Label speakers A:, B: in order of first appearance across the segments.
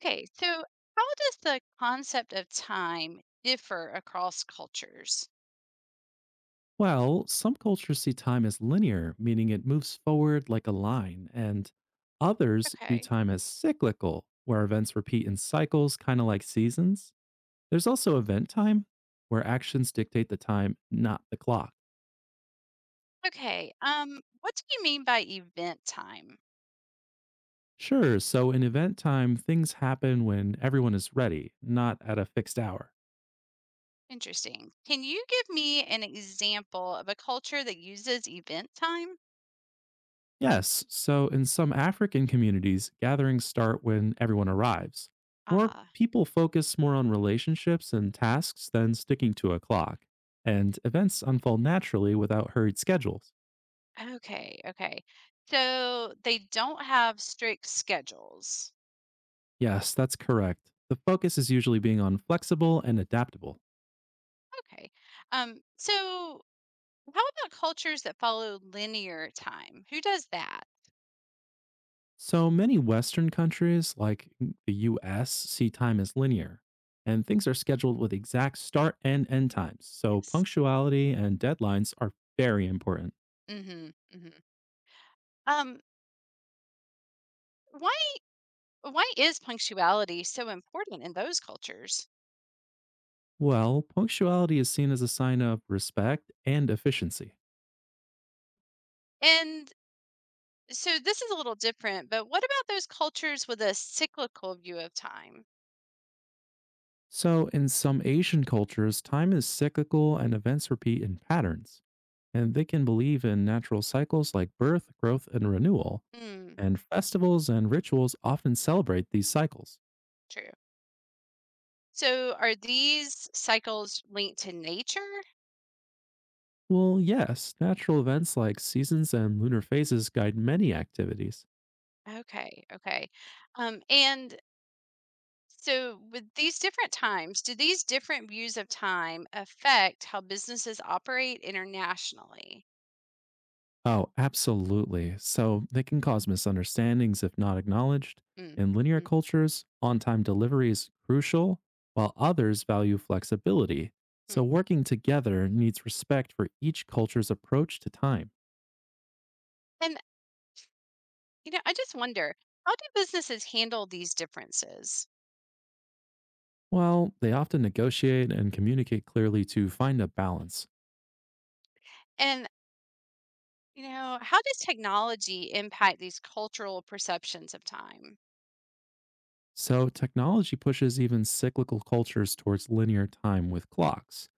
A: Okay, so how does the concept of time differ across cultures?
B: Well, some cultures see time as linear, meaning it moves forward like a line, and others view
A: Okay.
B: time as cyclical, where events repeat in cycles, kind of like seasons. There's also event time, where actions dictate the time, not the clock.
A: Okay, what do you mean by event time?
B: Sure, so in event time, things happen when everyone is ready, not at a fixed hour.
A: Interesting. Can you give me an example of a culture that uses event time?
B: Yes. So in some African communities, gatherings start when everyone arrives, or
A: Ah,
B: people focus more on relationships and tasks than sticking to a clock, and events unfold naturally without hurried schedules.
A: okay, okay. So they don't have strict schedules.
B: Yes, that's correct. The focus is usually being on flexible and adaptable.
A: Okay. So how about cultures that follow linear time? Who does that?
B: So many Western countries, like the US, see time as linear, and things are scheduled with exact start and end times. So
A: Yes.
B: punctuality and deadlines are very important.
A: Mm-hmm. Hmm. Um, why Why is punctuality so important in those cultures?
B: Well, punctuality is seen as a sign of respect and efficiency.
A: And so this is a little different, but what about those cultures with a cyclical view of time?
B: So, in some Asian cultures, time is cyclical and events repeat in patterns. And they can believe in natural cycles like birth, growth, and renewal.
A: Mm,
B: And festivals and rituals often celebrate these cycles.
A: true. So are these cycles linked to nature?
B: Well, yes, natural events like seasons and lunar phases guide many activities.
A: Okay, okay. And so with these different times, do these different views of time affect how businesses operate internationally?
B: Oh, absolutely. So they can cause misunderstandings if not acknowledged.
A: Mm,
B: In linear
A: mm,
B: cultures, on time delivery is crucial, while others value flexibility.
A: mm.
B: So working together needs respect for each culture's approach to time.
A: And I just wonder, how do businesses handle these differences?
B: Well, they often negotiate and communicate clearly to find a balance.
A: And how does technology impact these cultural perceptions of time?
B: So, technology pushes even cyclical cultures towards linear time with clocks,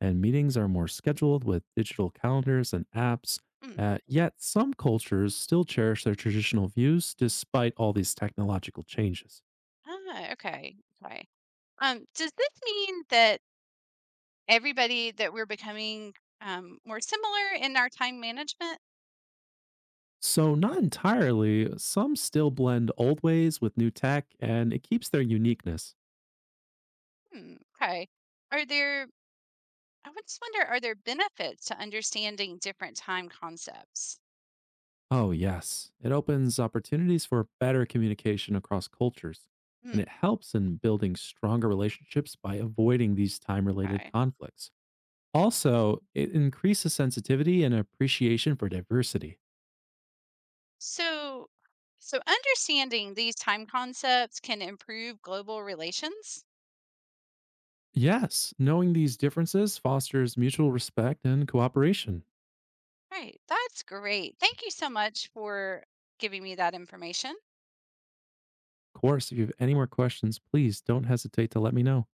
B: and meetings are more scheduled with digital calendars and apps.
A: Mm.
B: Yet, some cultures still cherish their traditional views despite all these technological changes.
A: Ah, okay. Okay. Does this mean that everybody that we're becoming more similar in our time management?
B: So, not entirely, some still blend old ways with new tech, and it keeps their uniqueness.
A: Hmm, okay. Are there, I would just wonder, are there benefits to understanding different time concepts?
B: Oh, yes. It opens opportunities for better communication across cultures, and
A: Hmm,
B: it helps in building stronger relationships by avoiding these time related
A: okay.
B: conflicts. Also, it increases sensitivity and appreciation for diversity.
A: So, so, understanding these time concepts can improve global relations?
B: Yes, knowing these differences fosters mutual respect and cooperation.
A: Right. That's great. Thank you so much for giving me that information.
B: Of course, if you have any more questions, please don't hesitate to let me know.